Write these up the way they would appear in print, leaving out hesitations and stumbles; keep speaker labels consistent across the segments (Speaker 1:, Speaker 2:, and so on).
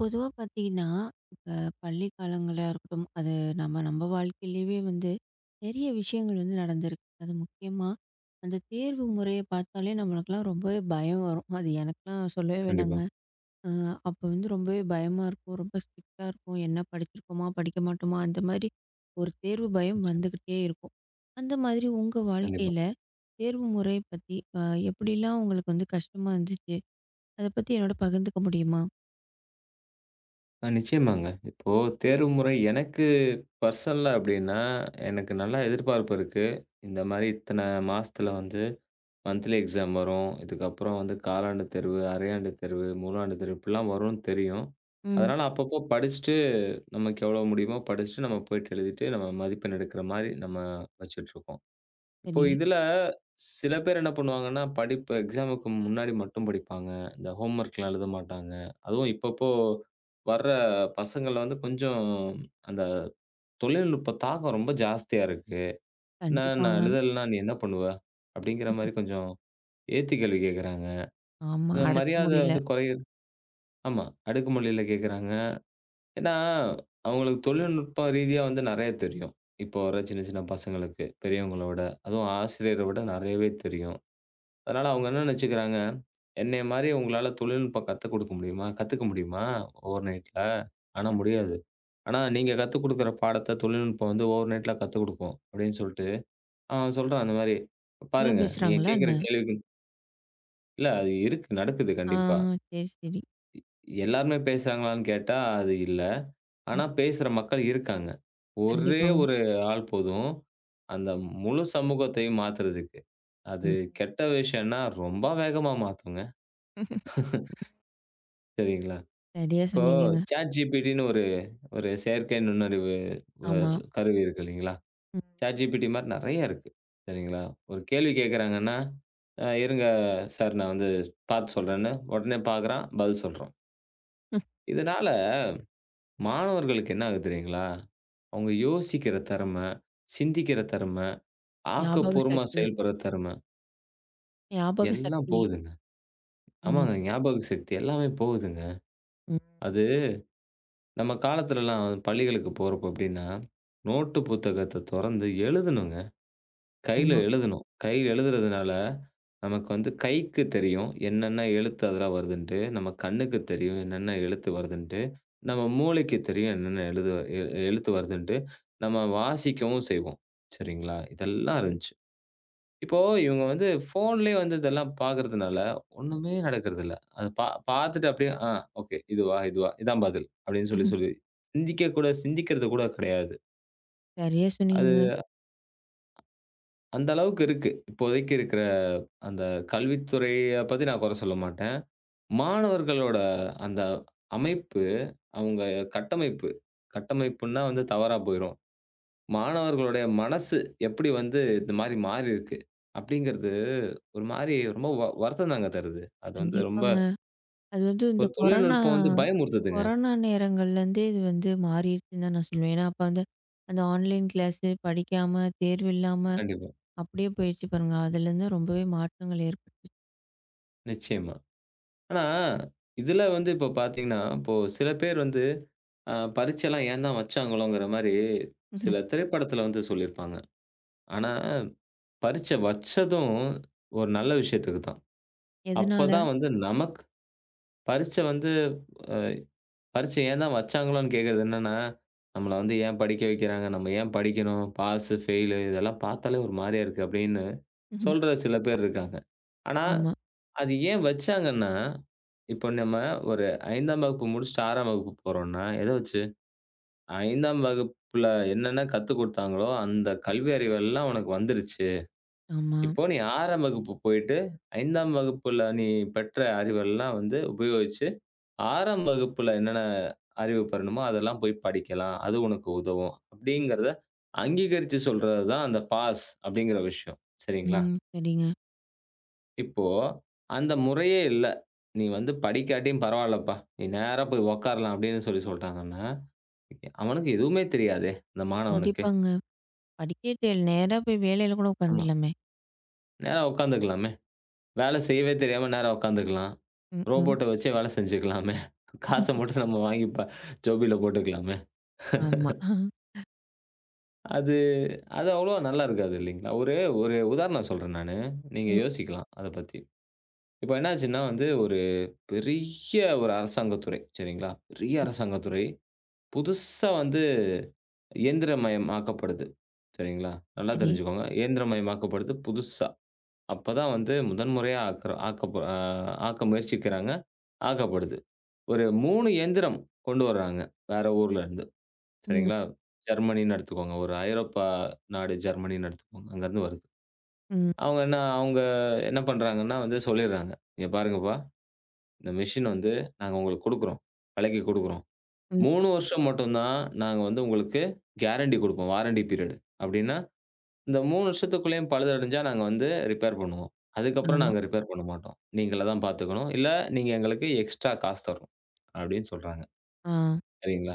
Speaker 1: பொதுவா பார்த்தீங்கன்னா, இப்ப பள்ளி காலங்களா இருக்கட்டும், அது நம்ம நம்ம வாழ்க்கையிலேயே வந்து நெறைய விஷயங்கள் வந்து நடந்திருக்கு. அது முக்கியமா அந்த தேர்வு முறைய பார்த்தாலே நம்மளுக்கெல்லாம் ரொம்பவே பயம் வரும். அது எனக்கெல்லாம் சொல்லவே வேணாங்க.
Speaker 2: கண்டிப்பா.
Speaker 1: அ அப்போ வந்து ரொம்பவே பயமா இருக்கும். ரொம்ப ஸ்ட்ரிக்ட்டா இருக்கும். என்ன படிச்சிருக்கோமா? படிக்க மாட்டோமா? அந்த மாரி ஒரு தேர்வு பயம்
Speaker 2: நிச்சயமா,
Speaker 1: வந்துகிட்டே இருக்கும். அந்த மாதிரி உங்க
Speaker 2: கண்டிப்பா.
Speaker 1: வாழ்க்கையில தேர்வு முறை பத்தி எப்படிலாம் உங்களுக்கு வந்து கஷ்டமா இருந்துச்சு? அத பத்தி என்னோட பகிர்ந்துக்க முடியுமா?
Speaker 2: நிச்சயமாங்க. இப்போ தேர்வு முறை எனக்கு பர்சனலா எப்படின்னா, எனக்கு நல்லா எதிர்பார்ப்பு இருக்கு. இந்த மாரி இத்தன மாசத்துல வந்து மந்த்லி எக்ஸாம் வரும். இதுக்கப்புறம் வந்து காலாண்டு தேர்வு, அரையாண்டு தேர்வு, முழு ஆண்டு தேர்வு இப்படிலாம் வரும்னு தெரியும்.
Speaker 1: ம்.
Speaker 2: அதனால அப்பப்போ படிச்சுட்டு நமக்கு எவ்வளோ முடியுமோ படிச்சுட்டு நம்ம போயிட்டு எழுதிட்டு நம்ம மதிப்பெண் எடுக்கிற மாரி நம்ம வச்சுட்டுருக்கோம். இப்போ
Speaker 1: சரி.
Speaker 2: இதுல சில பேர் என்ன பண்ணுவாங்கன்னா, படிப்பு எக்ஸாமுக்கு முன்னாடி மட்டும் படிப்பாங்க. இந்த ஹோம் ஒர்க்லாம் எழுத மாட்டாங்க. அதுவும் இப்பப்போ வர்ற பசங்கள வந்து கொஞ்சம் அந்த தொழில்நுட்ப தாக்கம் ரொம்ப ஜாஸ்தியா இருக்கு. "என்ன நான்
Speaker 1: கண்டிப்பாங்க.
Speaker 2: எழுதலன்னா நீ என்ன பண்ணுவ?" அப்படிங்கிற மாரி கொஞ்சம் ஏத்தி கேள்வி கேட்கறாங்க.
Speaker 1: ஆமா.
Speaker 2: கொஞ்சம்
Speaker 1: அடக்க
Speaker 2: மரியாத
Speaker 1: முடியல.
Speaker 2: வந்து குறைய ஆமா. அடுக்குமொழியில கேட்கறாங்க. ஏன்னா, அவங்களுக்கு தொழில்நுட்ப ரீதியா வந்து நெறைய தெரியும். இப்போ வர சின்ன சின்ன பசங்களுக்கு பெரியவங்கள விட, அதுவும் ஆசிரியர விட நெறையவே தெரியும். அதனால அவங்க என்ன நினைச்சுக்கிறாங்க, என்னைய மாரி உங்களால தொழில்நுட்பம் கத்துக் குடுக்க முடியுமா? கத்துக்க முடியுமா? ஓவர் நைட்ல? ஆனா முடியாது. ஆனா நீங்க கத்துக் குடுக்குற பாடத்த தொழில்நுட்பம் வந்து ஓவர் நைட்ல கத்துக் குடுக்கும் அப்படின்னு சொல்லிட்டு, அவன் சொல்றான் அந்த மாரி.
Speaker 1: இப்படிலாம்
Speaker 2: பாருங்க, நீங்க
Speaker 1: பேசுறாங்களா
Speaker 2: கேட்கிற
Speaker 1: என்ன?
Speaker 2: கேள்விக்கு இல்ல அது இருக்கு. நடக்குது
Speaker 1: ஆ,
Speaker 2: கண்டிப்பா.
Speaker 1: சரி, சரி.
Speaker 2: எ எல்லாருமே பேசுறாங்களான்னு கேட்டா அது இல்ல.
Speaker 1: ம்.
Speaker 2: ஆனா பேசுற மக்கள் இருக்காங்க. ஒரே
Speaker 1: கண்டிப்பாங்க.
Speaker 2: ஒரு ஆள் போதும். அந்த முழு சமூகத்தையும் மாத்துறதுக்கு. அது
Speaker 1: ம்.
Speaker 2: கெட்ட விஷயம்னா ரொம்ப வேகமா மாத்துங்க. சரிங்களா?
Speaker 1: சரியா
Speaker 2: இப்போ
Speaker 1: சொன்னீங்கங்க.
Speaker 2: ChatGPTன்னு ஒரு ஒரு செயற்கை நுண்ணறிவு வ
Speaker 1: ஆமா.
Speaker 2: கருவி இருக்கு இல்லைங்களா?
Speaker 1: ம்.
Speaker 2: ChatGPT மாரி நெறைய இருக்கு. சரிங்களா? ஒரு கேள்வி கேட்கறாங்கன்னா, இருங்க சார் நான் வந்து பார்த்து சொல்றேன்னு, உடனே பார்க்குறான், பதில் சொல்றான்.
Speaker 1: ம்.
Speaker 2: இதனால மாணவர்களுக்கு என்ன ஆகுது தெரியுங்களா? அவங்க யோசிக்கிற திறமை, சிந்திக்கிற திறமை,
Speaker 1: ஞாபக
Speaker 2: ஆக்கப்பூர்வமா
Speaker 1: சக்தி.
Speaker 2: செயல்படுற திறமை
Speaker 1: ஞாபக
Speaker 2: எல்லாம்
Speaker 1: சக்தி.
Speaker 2: போகுதுங்க.
Speaker 1: ம்.
Speaker 2: ஆமாங்க ஞாபக சக்தி எல்லாமே போகுதுங்க.
Speaker 1: ம்.
Speaker 2: அது நம்ம காலத்துலலாம் பள்ளிகளுக்கு போறப்போ எப்படின்னா, நோட்டு புத்தகத்த தொறந்து எழுதணுங்க. கையில
Speaker 1: ஆமா.
Speaker 2: எழுதணும். கையில எழுதுறதுனால, நமக்கு வந்து கைக்கு தெரியும். என்னென்ன எழுத்து அதெல்லாம் வருதுன்ட்டு. நம்ம கண்ணுக்கு தெரியும். என்னென்ன எழுத்து வருதுன்ட்டு. நம்ம மூளைக்கு தெரியும். என்னென்ன எழுது எ எழுத்து வருதுன்ட்டு. நம்ம வாசிக்கவும் செய்வோம். சரிங்களா? இதெல்லாம் இருந்துச்சு. இப்போ இவங்க வந்து ஃபோன்லயே வந்து இதெல்லாம் பார்க்கறதுனால, ஒண்ணுமே நடக்கறதில்ல. அத பார்த்துட்டு அப்படியே, "ஆ ஓகே. இதுவா? இதுவா? இதான் பதில்." அப்படின்னு சொல்லி
Speaker 1: ம்,
Speaker 2: சொல்லி சிந்திக்கிறது கூட கிடையாது.
Speaker 1: சரியா
Speaker 2: அது
Speaker 1: சொன்னீங்கங்க.
Speaker 2: அந்த அளவுக்கு இருக்கு. இப்போதைக்கு இருக்கிற அந்த கல்வித்துறைய பத்தி நான் குறை சொல்ல மாட்டேன். மாணவர்களோட அந்த அமைப்பு, அவங்க கட்டமைப்பு, கட்டமைப்புன்னா வந்து தவறா போயிரும். மாணவர்களுடைய மனசு எப்படி வந்து இந்த மாரி மாறியிருக்கு. அப்படிங்கிறது ஒரு மாரி ரொம்ப வருத்தம் தாங்க தருது. அது வந்து ரொம்ப
Speaker 1: கண்டிப்பாங்க. அது வந்து இந்த
Speaker 2: ஒரு
Speaker 1: கொரோனா
Speaker 2: தொழில்நுட்பம் வந்து பயமுறுத்துதுங்க.
Speaker 1: கொரோனா நேரங்கள்லேருந்தே இது வந்து மாறிடுச்சுன்னு தான் நான் சொல்லுவேன். ஏன்னா, அப்ப வந்து அந்த ஆன்லைன் கிளாஸு படிக்காம, தேர்வு இல்லாம
Speaker 2: கண்டிப்பா.
Speaker 1: அப்படியே போயிடுச்சு பாருங்க. அதுலேருந்து ரொம்பவே மாற்றங்கள் ஏற்பட்டுச்சு.
Speaker 2: நிச்சயமா. ஆனா, இதுல வந்து இப்போ பார்த்தீங்கன்னா, இப்போ சில பேர் வந்து பரீட்சைலாம் ஏன் தான் வச்சாங்களோங்கிற மாரி சில
Speaker 1: ம்ஹும்.
Speaker 2: திரைப்படத்துல வந்து சொல்லியிருப்பாங்க. ஆனா, பரீட்சை வச்சதும் ஒரு நல்ல விஷயத்துக்கு தான்.
Speaker 1: எதனால?
Speaker 2: அப்பதான் வந்து நமக்கு பரீட்சை வந்து பரீட்சை ஏன் தான் வச்சாங்களோன்னு கேட்கிறது என்னன்னா, நம்மள வந்து ஏன் படிக்க வைக்கிறாங்க? நம்ம ஏன் படிக்கணும்? பாஸு, ஃபெயிலு இதெல்லாம் பார்த்தாலே ஒரு மாரியா இருக்கு அப்படின்னு
Speaker 1: ம்ஹும்.
Speaker 2: சொல்ற சில பேர் இருக்காங்க. ஆனா,
Speaker 1: ஆமா.
Speaker 2: அது ஏன் வச்சாங்கன்னா, இப்போ நம்ம ஒரு 5ஆம் வகுப்பு முடிச்சுட்டு 6ஆம் வகுப்பு போறோம்ன்னா, எத வச்சு? 5ஆம் வகுப்புல என்னென்ன கத்துக் குடுத்தாங்களோ, அந்த கல்வி அறிவெல்லாம் உனக்கு வந்துருச்சு.
Speaker 1: ஆமா.
Speaker 2: இப்போ நீ 6ஆம் வகுப்பு போயிட்டு 5ஆம் வகுப்புல நீ பெற்ற அறிவெல்லாம் வந்து உபயோகிச்சு 6ஆம் வகுப்புல என்னென்ன அறிவு பெறணுமோ, அதெல்லாம் போய் படிக்கலாம். அது உனக்கு உதவும். அப்படிங்கிறத அங்கீகரிச்சு சொல்றது தான் அந்த பாஸ் அப்படிங்கிற விஷயம். சரிங்களா?
Speaker 1: ம். சரிங்க.
Speaker 2: இப்போ அந்த முறையே இல்ல. "நீ வந்து படிக்காட்டியும் பரவாயில்லப்பா. நீ நேரா போய் உட்காரலாம்" அப்படின்னு சொல்லி சொல்ட்டாங்கன்னா, அவனுக்கு எதுவுமே தெரியாதே! அந்த மாணவனுக்கு.
Speaker 1: கண்டிப்பாங்க. படிக்கட்டு நேரா போய் வேலையில கூட
Speaker 2: ஆமா.
Speaker 1: உட்காந்துடலாமே!
Speaker 2: நேரா உட்காந்துக்கலாமே. வேலை செய்யவே தெரியாம நேரா உட்காந்துக்கலாம்.
Speaker 1: ம், ம்.
Speaker 2: ரோபோட்ட வச்சே வேலை செஞ்சுக்கலாமே. காச மட்டும் நம்ம வாங்கி ஜோபில போட்டுக்கலாமே.
Speaker 1: ஆமா.
Speaker 2: அது அது அவ்வளவா நல்லா இருக்காது இல்லைங்களா? ஒரு ஒரு உதாரணம் சொல்றேன் நானு. நீங்க
Speaker 1: ம்.
Speaker 2: யோசிக்கலாம் அத பத்தி. இப்ப என்னாச்சுன்னா வந்து ஒரு பெரிய அரசாங்கத் துறை. சரிங்களா? பெரிய அரசாங்கத் துறை. புதுசா வந்து இயந்திரமயமாக்கப்படுது. சரிங்களா? நல்லா
Speaker 1: சரி.
Speaker 2: தெரிஞ்சுக்கோங்க. இயந்திரமயமாக்கப்படுது புதுசா. அப்பதான் வந்து முதன் முறையா ஆக்க முயற்சிக்கிறாங்க. ஆக்கப்படுது. ஒரு 3 இயந்திரம் கொண்டு வர்றாங்க. வேற ஊர்ல இருந்து.
Speaker 1: ம்.
Speaker 2: சரிங்களா? ஜெர்மனின்னு எடுத்துக்கோங்க. ஒரு ஐரோப்பா நாடு ஜெர்மனின்னு எடுத்துக்கோங்க. அங்கருந்து வருது.
Speaker 1: ம்,
Speaker 2: அவங்க என்ன பண்றாங்கன்னா வந்து சொல்லிடுறாங்க. "இங்க பாருங்கப்பா, இந்த மெஷின் வந்து நாங்க உங்களுக்கு குடுக்குறோம். விலைக்கு குடுக்குறோம்.
Speaker 1: ம்.
Speaker 2: 3 வருஷம் மட்டும் தான் நாங்க வந்து உங்களுக்கு கேரண்டி குடுப்போம். Warranty period. அப்படின்னா, இந்த 3 வருஷத்துக்குள்ளேயும் பழுதடைஞ்சா நாங்க வந்து ரிப்பேர் பண்ணுவோம். அதுக்கப்புறம்
Speaker 1: ஆமா.
Speaker 2: நாங்க ம். ரிப்பேர் பண்ண மாட்டோம். நீங்களே தான் பார்த்துக்கணும். இல்ல நீங்க எங்களுக்கு எக்ஸ்ட்ரா காசு தரணும்." அப்படின்னு சொல்றாங்க.
Speaker 1: ஆ,
Speaker 2: சரிங்களா?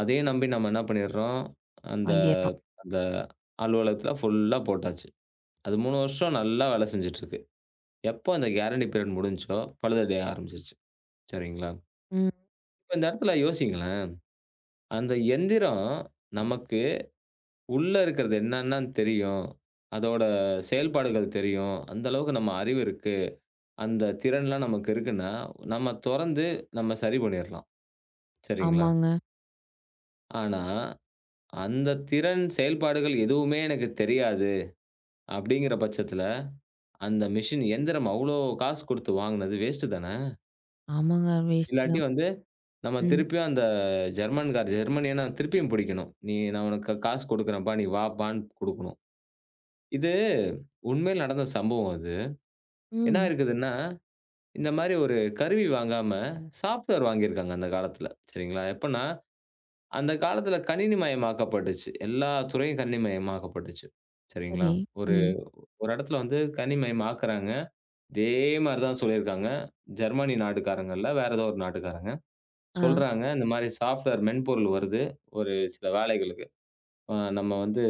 Speaker 2: அதையும் நம்பி நம்ம என்ன பண்ணிடுறோம், அந்த
Speaker 1: வாங்கிர்றோம்.
Speaker 2: அந்த அலுவலகத்துல ஃபுல்லா போட்டாச்சு. அது 3 வருஷம் நல்லா வேலை செஞ்சுட்டு இருக்கு. எப்போ அந்த கேரண்டி பீரியட் முடிஞ்சுச்சோ, பழுதடைய ஆரம்பிச்சுருச்சு. சரிங்களா?
Speaker 1: ம்.
Speaker 2: இப்ப இந்த இடத்துல யோசியுங்களேன். அந்த எந்திரம் நமக்கு உள்ள இருக்கிறது என்னென்னன்னு தெரியும். அதோட செயல்பாடுகள் தெரியும். அந்த அளவுக்கு நம்ம அறிவு இருக்கு. அந்த திறன்லாம் நமக்கு இருக்குன்னா, நம்ம தொறந்து நம்ம சரி பண்ணிறலாம். சரிங்களா?
Speaker 1: ஆமாங்க.
Speaker 2: ஆனா, அந்த திறன், செயல்பாடுகள் எதுவுமே எனக்கு தெரியாது அப்படிங்கிற பட்சத்துல, அந்த மெஷின் எந்திரம் அவ்ளோ காசு குடுத்து வாங்குனது வேஸ்ட்டு தானே!
Speaker 1: ஆமாங்க. வேஸ்ட்
Speaker 2: இல்லாட்டி
Speaker 1: தான்.
Speaker 2: வந்து நம்ம
Speaker 1: ம்.
Speaker 2: திருப்பியும் அந்த ஜெர்மனிய நான் திருப்பியும் பிடிக்கணும். நான் உனக்கு காசு குடுக்குறேன்ப்பா, நீ வாப்பான்னு" குடுக்கணும். இது உண்மையில நடந்த சம்பவம் அது. என்ன
Speaker 1: ம்.
Speaker 2: இருக்குதுன்னா, இந்த மாரி ஒரு கருவி வாங்காம, சாஃப்ட்வேர் வாங்கியிருக்காங்க அந்த காலத்துல. சரிங்களா? எப்பன்னா, அந்த காலத்துல கணினிமயமாக்கப்பட்டுச்சு. எல்லா துறையும் கணினிமயமாக்கப்பட்டுச்சு. சரிங்களா?
Speaker 1: சரி.
Speaker 2: ஒரு
Speaker 1: ம்.
Speaker 2: ஒரு இடத்துல வந்து கணினிமயமாக்குறாங்க. இதே மாரி தான் சொல்லியிருக்காங்க. ஜெர்மனி நாட்டுக்காரங்கல்ல, வேற ஏதோ ஒரு நாட்டுக்காரங்க.
Speaker 1: ஆ.
Speaker 2: சொல்றாங்க. இந்த மாரி சாஃப்ட்வேர் மென்பொருள் வருது. ஒரு சில வேலைகளுக்கு. நம்ம வந்து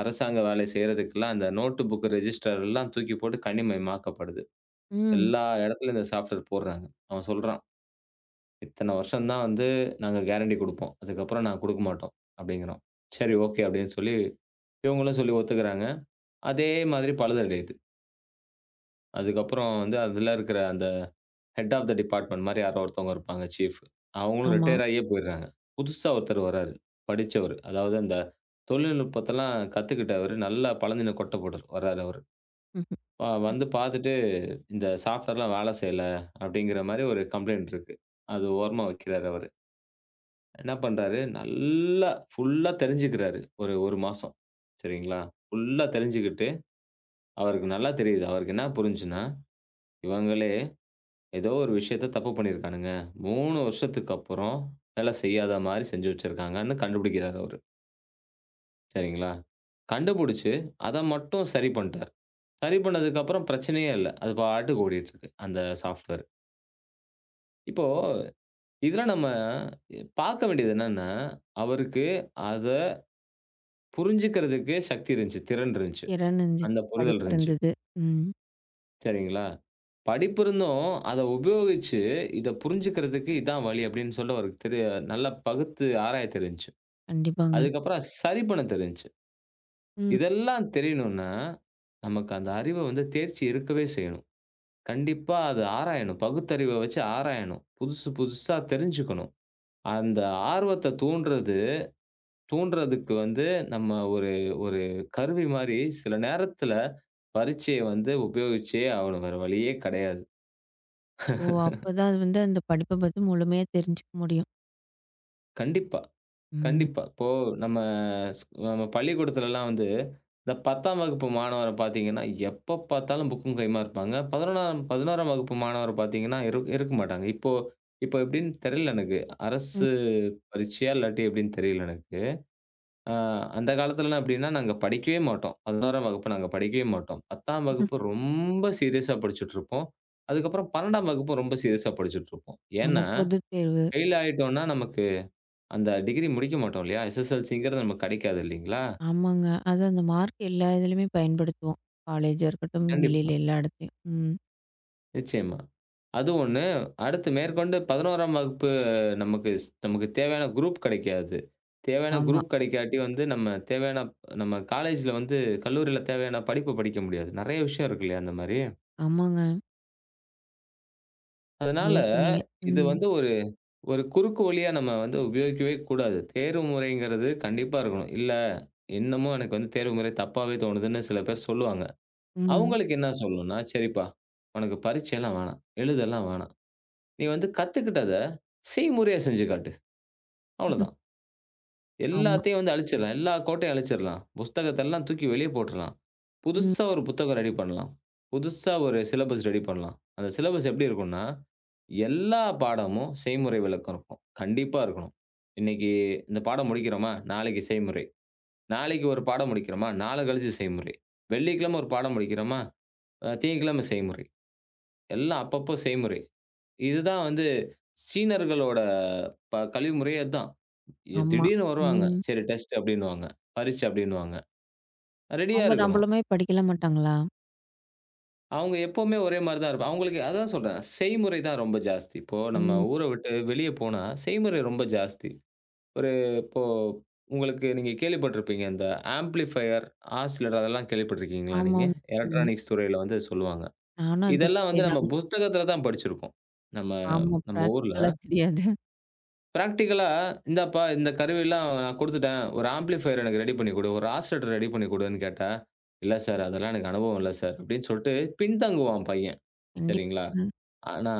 Speaker 2: அரசாங்க வேலை செய்றதுக்கெல்லாம் அந்த நோட்டு புக் ரெஜிஸ்டர் எல்லாம் தூக்கி போட்டு கணிமயமாக்கப்படுது.
Speaker 1: ம்.
Speaker 2: எல்லா இடத்துலயும் இந்த சாஃப்ட்வேர் போடுறாங்க. அவன் சொல்றான். இத்தன வருஷம் தான் வந்து நாங்க கேரண்டி குடுப்போம். அதுக்கப்புறம் நாங்க குடுக்க மாட்டோம் அப்படிங்கிறோம். சரி ஓகே அப்படின்னு சொல்லி இவங்களும் சொல்லி ஒத்துக்கிறாங்க. அதே மாதிரி பழுதடையுது. அதுக்கப்புறம் வந்து அதுல இருக்கிற அந்த ஹெட் ஆஃப் த டிபார்ட்மெண்ட் மாரி யாரோ ஒருத்தவங்க இருப்பாங்க சீஃப். அவங்களும்
Speaker 1: ஆமா.
Speaker 2: ரிட்டயர் ஆகியே போயிடுறாங்க. புதுசா ஒருத்தர் வராரு. படிச்சவரு. அதாவது அந்த தொழில்நுட்பத்தெல்லாம் கத்துக்கிட்டவரு. நல்லா பழந்தின கொட்ட போட்டவர் வராரு அவரு.
Speaker 1: ம்ஹ்ம்.
Speaker 2: வந்து பார்த்துட்டு இந்த சாஃப்ட்வேர்லாம் வேலை செய்யல அப்படிங்கிற மாரி ஒரு கம்ப்ளைண்ட் இருக்கு. அது ஓரமா வைக்கிறாரு அவரு. என்ன பண்றாரு, நல்லா ஃபுல்லா தெரிஞ்சுக்கிறாரு. ஒரு 1 மாசம். சரிங்களா? ஃபுல்லா தெரிஞ்சுக்கிட்டு, அவருக்கு நல்லா தெரியுது. அவருக்கு என்ன புரிஞ்சுன்னா, இவங்களே ஏதோ ஒரு விஷயத்த தப்பு பண்ணியிருக்கானுங்க. 3 வருஷத்துக்கு அப்புறம் வேலை செய்யாத மாரி செஞ்சு வச்சிருக்காங்கன்னு கண்டுபிடிக்கிறாரு அவரு. சரிங்களா? கண்டுபிடிச்சு அத மட்டும் சரி பண்ட்டாரு. சரி பண்ணதுக்கு அப்புறம் பிரச்சனையே இல்ல. அது பாட்டுக்கு ஓடிட்டு இருக்கு அந்த சாஃப்ட்வேர். இப்போ இதுல நம்ம பார்க்க வேண்டியது என்னன்னா, அவருக்கு அத புரிஞ்சுக்கிறதுக்கு சக்தி இருந்துச்சு, திறன் இருந்துச்சு.
Speaker 1: திறன் இருந்துச்சு.
Speaker 2: அந்த புரிதல்
Speaker 1: படிப்பு
Speaker 2: இருந்துச்சு.
Speaker 1: இருந்தது. ம்.
Speaker 2: சரிங்களா? படிப்பு இருந்தும், அத உபயோகிச்சு, இத புரிஞ்சுக்கிறதுக்கு இதான் வழி அப்படின்னு சொல்ல ஒரு தெரிய நல்லா பகுத்து ஆராய தெரிஞ்சுச்சு.
Speaker 1: கண்டிப்பாங்க.
Speaker 2: அதுக்கப்புறம் சரி பண்ண தெரிஞ்சுச்சு.
Speaker 1: ம்.
Speaker 2: இதெல்லாம் தெரியணும்னா, நமக்கு அந்த அறிவு வந்து தேர்ச்சி இருக்கவே செய்யணும். கண்டிப்பா அது ஆராயணும். பகுத்தறிவ வச்சு ஆராயணும். புதுசு புதுசா தெரிஞ்சுக்கணும். அந்த ஆர்வத்த தூண்டுறதுக்கு வந்து நம்ம ஒரு ஒரு கருவி மாரி சில நேரத்துல பரீட்சைய வந்து உபயோகிச்சே ஆகணும். வேற வழியே கிடையாது.
Speaker 1: ஓ! அப்பதான் அது வந்து அந்த படிப்ப பத்தி முழுமையா தெரிஞ்சுக்க முடியும்.
Speaker 2: கண்டிப்பா.
Speaker 1: ம்.
Speaker 2: கண்டிப்பா. இப்போ நம்ம நம்ம பள்ளிக்கூடத்துலலாம் வந்து, இந்த 10ஆம் வகுப்பு மாணவர பார்த்தீங்கன்னா, எப்ப பார்த்தாலும் புக்கும் கையுமா இருப்பாங்க. 11ஆம் வகுப்பு மாணவர பார்த்தீங்கன்னா, இருக்க மாட்டாங்க. இப்போ இப்போ எப்படின்னு தெரியல எனக்கு.
Speaker 1: ம்.
Speaker 2: அரசு பரீட்சையா இல்லாட்டி எப்படின்னு தெரியல எனக்கு. அ அந்த காலத்துலலாம் எப்படின்னா, நாங்க படிக்கவே மாட்டோம். 11ஆம் வகுப்பு நாங்க படிக்கவே மாட்டோம். 10ஆம் வகுப்பு ரொம்ப சீரியஸா படிச்சுட்ருப்போம். அதுக்கப்புறம் 12ஆம் வகுப்பு ரொம்ப சீரியஸா படிச்சுட்ருப்போம்.
Speaker 1: ஆமா.
Speaker 2: ஏன்னா,
Speaker 1: பொதுத் தேர்வு.
Speaker 2: ஃபெயில் ஆயிட்டோம்னா நமக்கு அந்த டிகிரி முடிக்க மாட்டோம் இல்லையா? எஸ்எஸ்எல்சிங்கிறது நமக்கு கிடைக்காது இல்லைங்களா?
Speaker 1: ஆமாங்க. அது அந்த மார்க் எல்லா இதுலயுமே பயன்படுத்துவோம். காலேஜா இருக்கட்டும்,
Speaker 2: கண்டிப்பா.
Speaker 1: வெளியில எல்லா இடத்துலயும். ம்.
Speaker 2: நிச்சயமா. அது ஒண்ணு. அடுத்து மேற்கொண்டு 11ஆம் வகுப்பு நமக்கு நமக்கு தேவையான குரூப் கிடைக்காது. தேவையான
Speaker 1: ஆமா.
Speaker 2: குரூப் கிடைக்காட்டி வந்து நம்ம தேவையான நம்ம காலேஜ்ல வந்து கல்லூரியில தேவையான படிப்பு படிக்க முடியாது. நெறைய விஷயம் இருக்கு இல்லையா அந்த மாரி.
Speaker 1: ஆமாங்க.
Speaker 2: அதனால
Speaker 1: சரியா சொன்னீங்க.
Speaker 2: இது
Speaker 1: ம்.
Speaker 2: வந்து ஒரு ஒரு குறுக்கு வழியா நம்ம வந்து உபயோகிக்கவே கூடாது. தேர்வு முறைங்கிறது கண்டிப்பா இருக்கணும். இல்ல, இன்னமும் எனக்கு வந்து தேர்வு முறை தப்பாவே தோணுதுன்னு சில பேர் சொல்லுவாங்க.
Speaker 1: ம்.
Speaker 2: அவங்களுக்கு என்ன சொல்லணும்னா, "சரிப்பா, உனக்கு பரீட்சைலாம் வேணாம். எழுதலாம் வேணாம். நீ வந்து கத்துக்கிட்டத செய்முறையா செஞ்சு காட்டு. அவ்வளதான்.
Speaker 1: ஆமா.
Speaker 2: எல்லாத்தையும் வந்து அழிச்சிடலாம். எல்லா கோட்டையும் அழிச்சிடலாம். புஸ்தகத்தெல்லாம் தூக்கி வெளிய போட்டுறலாம்.
Speaker 1: ம்.
Speaker 2: புதுசா ஒரு புத்தகம் ரெடி பண்ணலாம். புதுசா ஒரு சிலபஸ் ரெடி பண்ணலாம்." அந்த சிலபஸ் எப்படி இருக்கும்னா, எல்லா பாடமும் செய்முறை விளக்கம் இருக்கும். கண்டிப்பா இருக்கணும். இன்னைக்கு இந்த பாடம் முடிக்கிறோமா, நாளைக்கு செய்முறை. நாளைக்கு ஒரு பாடம் முடிக்கிறோமா, நாளை கழிச்சு செய்முறை. வெள்ளிக்கிழமை ஒரு பாடம் முடிக்கிறோமா, திங்கட்கிழமை செய்முறை. எல்லாம் அப்பப்போ செய்முறை. இதுதான் வந்து சீனர்களோட கல்வி முறையே அதான்.
Speaker 1: ஆமா.
Speaker 2: திடீர்னு வருவாங்க.
Speaker 1: ம்.
Speaker 2: சரி டெஸ்ட் அப்டின்னுவாங்க. பரீட்சை அப்டின்னுவாங்க. ரெடியா
Speaker 1: அவங்க
Speaker 2: இருக்கணும்.
Speaker 1: நம்மள மாரி படிக்கலாம்
Speaker 2: ஆமா.
Speaker 1: மாட்டாங்களா?
Speaker 2: அவங்க எப்பவுமே ஒரே மாரி தான் இருப்பா அவங்களுக்கு அதான் சொல்றேன். செய்முறை தான் ரொம்ப ஜாஸ்தி. இப்போ நம்ம
Speaker 1: ம்.
Speaker 2: ஊர விட்டு வெளிய போனா, செய்முறை ரொம்ப ஜாஸ்தி. ஒரு இப்போ உங்களுக்கு நீங்க கேள்விப்பட்டிருப்பீங்க. இந்த ஆம்பிளிஃபையர், ஆசிலர் அதெல்லாம் கேள்விப்பட்டிருக்கீங்களா நீங்க?
Speaker 1: ஆமாங்க. ம்.
Speaker 2: எலக்ட்ரானிக்ஸ் துறையில வந்து சொல்லுவாங்க.
Speaker 1: நானும் அந்த
Speaker 2: இதெல்லாம்
Speaker 1: துறை
Speaker 2: வந்து நம்ம
Speaker 1: தாங்க.
Speaker 2: புஸ்தகத்துல தான் படிச்சிருக்கோம். நம்ம
Speaker 1: ஆமா.
Speaker 2: நம்ம ஊர்ல.
Speaker 1: பிராக்டிகலா தெரியாது.
Speaker 2: பிராக்டிகலா, "இந்தாப்பா இந்த கருவிலாம் நான் குடுத்துட்டேன். ஒரு ஆம்பிளிஃபையர் எனக்கு ரெடி பண்ணி குடு. ஒரு ஆஸிலேட்டர் ரெடி பண்ணி குடுன்னு" கேட்டா, "இல்ல சார், அதெல்லாம் எனக்கு அனுபவம் இல்ல சார்" அப்படின்னு சொல்ட்டு பின்தங்குவான் பையன்.
Speaker 1: கண்டிப்பா.
Speaker 2: சரிங்களா?
Speaker 1: ம்.
Speaker 2: ஆனா,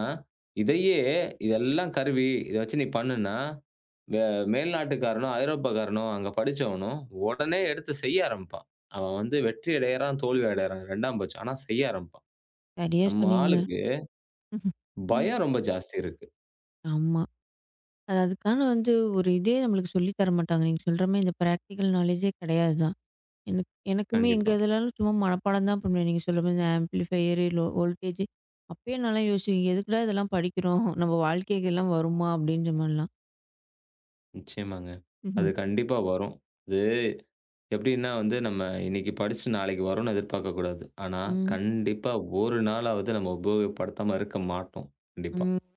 Speaker 2: இதையே இதெல்லாம் கருவி, இத வச்சு நீ பண்ணுன்னா, வே மேல்நாட்டுக்காரனோ, ஐரோப்பாக்காரனோ, அங்க படிச்சவனோ உடனே எடுத்து செய்ய ஆரம்பிப்பான். அவன் வந்து வெற்றி அடையறான், தோல்வி அடையறான் 2ஆம் பட்சம். ஆனா செய்ய ஆரம்பிப்பான்.
Speaker 1: சரியா
Speaker 2: நம்ம
Speaker 1: சொன்னீங்க.
Speaker 2: ஆளுக்கு பயம் ரொம்ப ஜாஸ்தி இருக்கு.
Speaker 1: ஆமா. அது அதுக்கான வந்து ஒரு இதே நம்மளுக்கு சொல்லி தர மாட்டாங்க. நீங்க சொல்ற மாரி இந்த பிராக்டிகல் நாலேஜே கிடையாது தான். எனக்கு எனக்குமே எங்க
Speaker 2: கண்டிப்பா.
Speaker 1: இதுலலாம் சும்மா மனப்பாடம் தான் பண்ணுவேன். நீங்க சொல்ல மாரி இந்த ஆம்பிளிஃபையர், லோ வோல்டேஜ் அப்பயே நல்லா யோசிக்கும். எதுக்குடா இதெல்லாம் படிக்கிறோம்? நம்ம வாழ்க்கைக்கு எல்லாம் வருமா? அப்படின்ற மாரிலாம்.
Speaker 2: நிச்சயமாங்க. அது
Speaker 1: ம்ஹ்ம்.
Speaker 2: கண்டிப்பா வரும். அது எப்படின்னா வந்து, நம்ம இன்னைக்கு படிச்சு நாளைக்கு வரும்னு எதிர்பார்க்கக்கூடாது. ஆனா,
Speaker 1: ம்.
Speaker 2: கண்டிப்பா ஒரு நாளாவது நம்ம உபயோகப்படுத்தாம இருக்க மாட்டோம். கண்டிப்பா.
Speaker 1: ம்.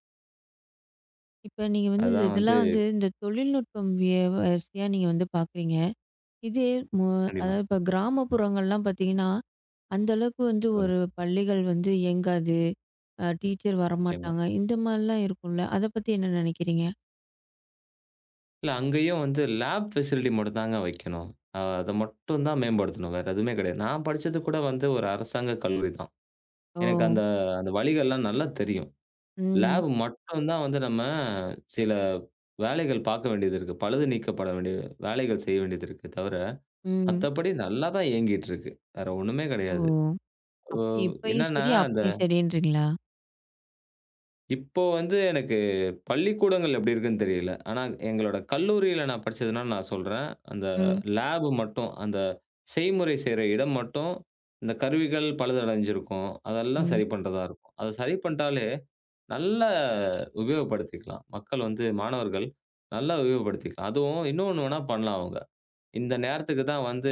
Speaker 1: இப்ப நீங்க வந்து
Speaker 2: அதான் வந்து
Speaker 1: இதெல்லாம் வந்து இந்த தொழில்நுட்பம் வரிசையா நீங்க வந்து பார்க்குறீங்க. இதே மு
Speaker 2: கண்டிப்பா.
Speaker 1: அதாவது இப்ப கிராமப்புறங்கள்லாம் பார்த்தீங்கன்னா, அந்த அளவுக்கு வந்து
Speaker 2: சொல்லுங்க.
Speaker 1: ஒரு பள்ளிகள் வந்து இயங்காது. அ டீச்சர்
Speaker 2: நிச்சயமா.
Speaker 1: வரமாட்டாங்க. இந்த மாரிலாம் இருக்கும்ல. அத பத்தி என்ன நினைக்கிறீங்க?
Speaker 2: இல்ல அங்கேயும் வந்து லேப் ஃபெசிலிட்டி மட்டும் தாங்க வைக்கணும். அத மட்டும் தான் மேம்படுத்தணும். வேற எதுவுமே கிடையாது. நான் படிச்சது கூட வந்து ஒரு அரசாங்க கல்லூரி தான்.
Speaker 1: ஓ!
Speaker 2: எனக்கு அந்த அந்த வழிகள்லாம் நல்லா தெரியும்.
Speaker 1: ம்.
Speaker 2: லேப் மட்டும் தான் வந்து நம்ம சில வேலைகள் பார்க்க வேண்டியது இருக்கு. பழுது நீக்கப்பட வேண்டிய வேலைகள் செய்ய வேண்டியது இருக்கே தவிர
Speaker 1: ம்.
Speaker 2: மத்தபடி நல்லா தான் இயங்கிட்டு இருக்கு. வேற ஒண்ணுமே
Speaker 1: ஓ!
Speaker 2: கிடையாது. ஓ
Speaker 1: அப்ப இப்பயும்
Speaker 2: என்னன்னா,
Speaker 1: சரி,
Speaker 2: அந்த
Speaker 1: அப்பயும் சரின்றீங்களா?
Speaker 2: இப்போ வந்து எனக்கு பள்ளிக்கூடங்கள் எப்படி இருக்குன்னு தெரியல. ஆனா எங்களோட கல்லூரியில நான் படிச்சதுனால நான் சொல்றேன். அந்த
Speaker 1: ம்,
Speaker 2: லேப் மட்டும், அந்த செய்முறை செய்ற இடம் மட்டும், இந்த கருவிகள் பழுதடைஞ்சிருக்கும். அதெல்லாம்
Speaker 1: ம்,
Speaker 2: சரி பண்றதா இருக்கும். அத சரி பண்ணிட்டாலே நல்லா உபயோகப்படுத்திக்கலாம். மக்கள் வந்து மாணவர்கள் நல்லா உபயோகப்படுத்திக்கலாம். அதுவும் இன்னொன்னு வேணா பண்ணலாம் அவங்க. இந்த நேரத்துக்கு தான் வந்து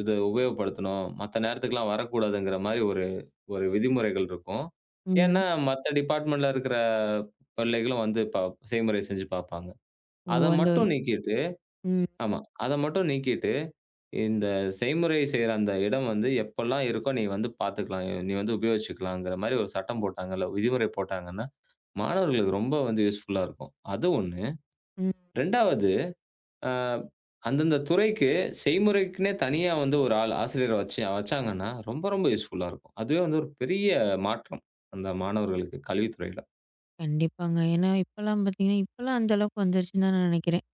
Speaker 2: இத உபயோகப்படுத்தணும். மத்த நேரத்துக்குலாம் வரக்கூடாதுங்கிற மாரி ஒரு ஒரு விதிமுறைகள் இருக்கும்.
Speaker 1: ம்.
Speaker 2: ஏன்னா, மத்த டிபார்ட்மெண்ட்ல இருக்கிற பிள்ளைகளும் வந்து செய்முறை செஞ்சு பார்ப்பாங்க.
Speaker 1: ஓ!
Speaker 2: அத
Speaker 1: அந்த ஒரு
Speaker 2: மட்டும் நீக்கிட்டு
Speaker 1: ம்,
Speaker 2: ஆமா. அத மட்டும் நீக்கிட்டு, இந்த செய்முறை செய்ற அந்த இடம் வந்து எப்பலாம் இருக்கோ நீ வந்து பார்த்துக்கலாம். நீ வந்து உபயோகிச்சுக்கலாங்கிற மாரி ஒரு சட்டம் போட்டாங்கல்ல, விதிமுறை போட்டாங்கன்னா, மாணவர்களுக்கு ரொம்ப வந்து யூஸ்ஃபுல்லா இருக்கும். அது 1.
Speaker 1: ம்.
Speaker 2: 2வது அ அந்தந்த துறைக்கு செய்முறைக்குன்னே தனியா வந்து ஒரு ஆள் ஆசிரியர வச்சாங்கன்னா, ரொம்ப ரொம்ப யூஸ்ஃபுல்லா இருக்கும். அதுவே வந்து ஒரு பெரிய மாற்றம், அந்த மாணவர்களுக்கு கல்வித்துறையில.
Speaker 1: கண்டிப்பாங்க. ஏன்னா இப்பலாம் பார்த்தீங்கன்னா, இப்பலாம் அந்த அளவுக்கு வந்துருச்சுன்னு தான் நான் நெனைக்கிறேன்.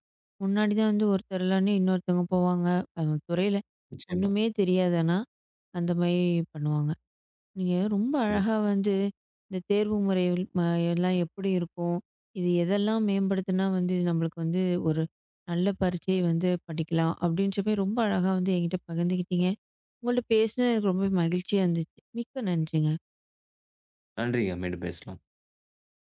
Speaker 1: முன்னாடி தான் வந்து ஒருத்தர் இல்லன்னா இன்னொருத்தவங்க போவாங்க. அந்த துறையில
Speaker 2: நிச்சயமா,
Speaker 1: ஒண்ணுமே தெரியாது ஆனா, அந்த மாரி பண்ணுவாங்க. நீங்க ரொம்ப
Speaker 2: கண்டிப்பா.
Speaker 1: அழகா வந்து இந்த தேர்வு முறைகள் எல்லாம் எப்படி இருக்கும்? இது எதெல்லாம் மேம்படுத்துனா வந்து நம்மளுக்கு வந்து ஒரு நல்ல பரீட்சை வந்து படிக்கலாம்? அப்படின்ற மாரி ரொம்ப அழகா வந்து என்கிட்ட பகிர்ந்துக்கிட்டீங்க. உங்கள்ட்ட பேசினது எனக்கு ரொம்ப மகிழ்ச்சியா இருந்துச்சு. மிக்க நன்றிங்க.
Speaker 2: நன்றிங்க. மீண்டும் பேசலாம்.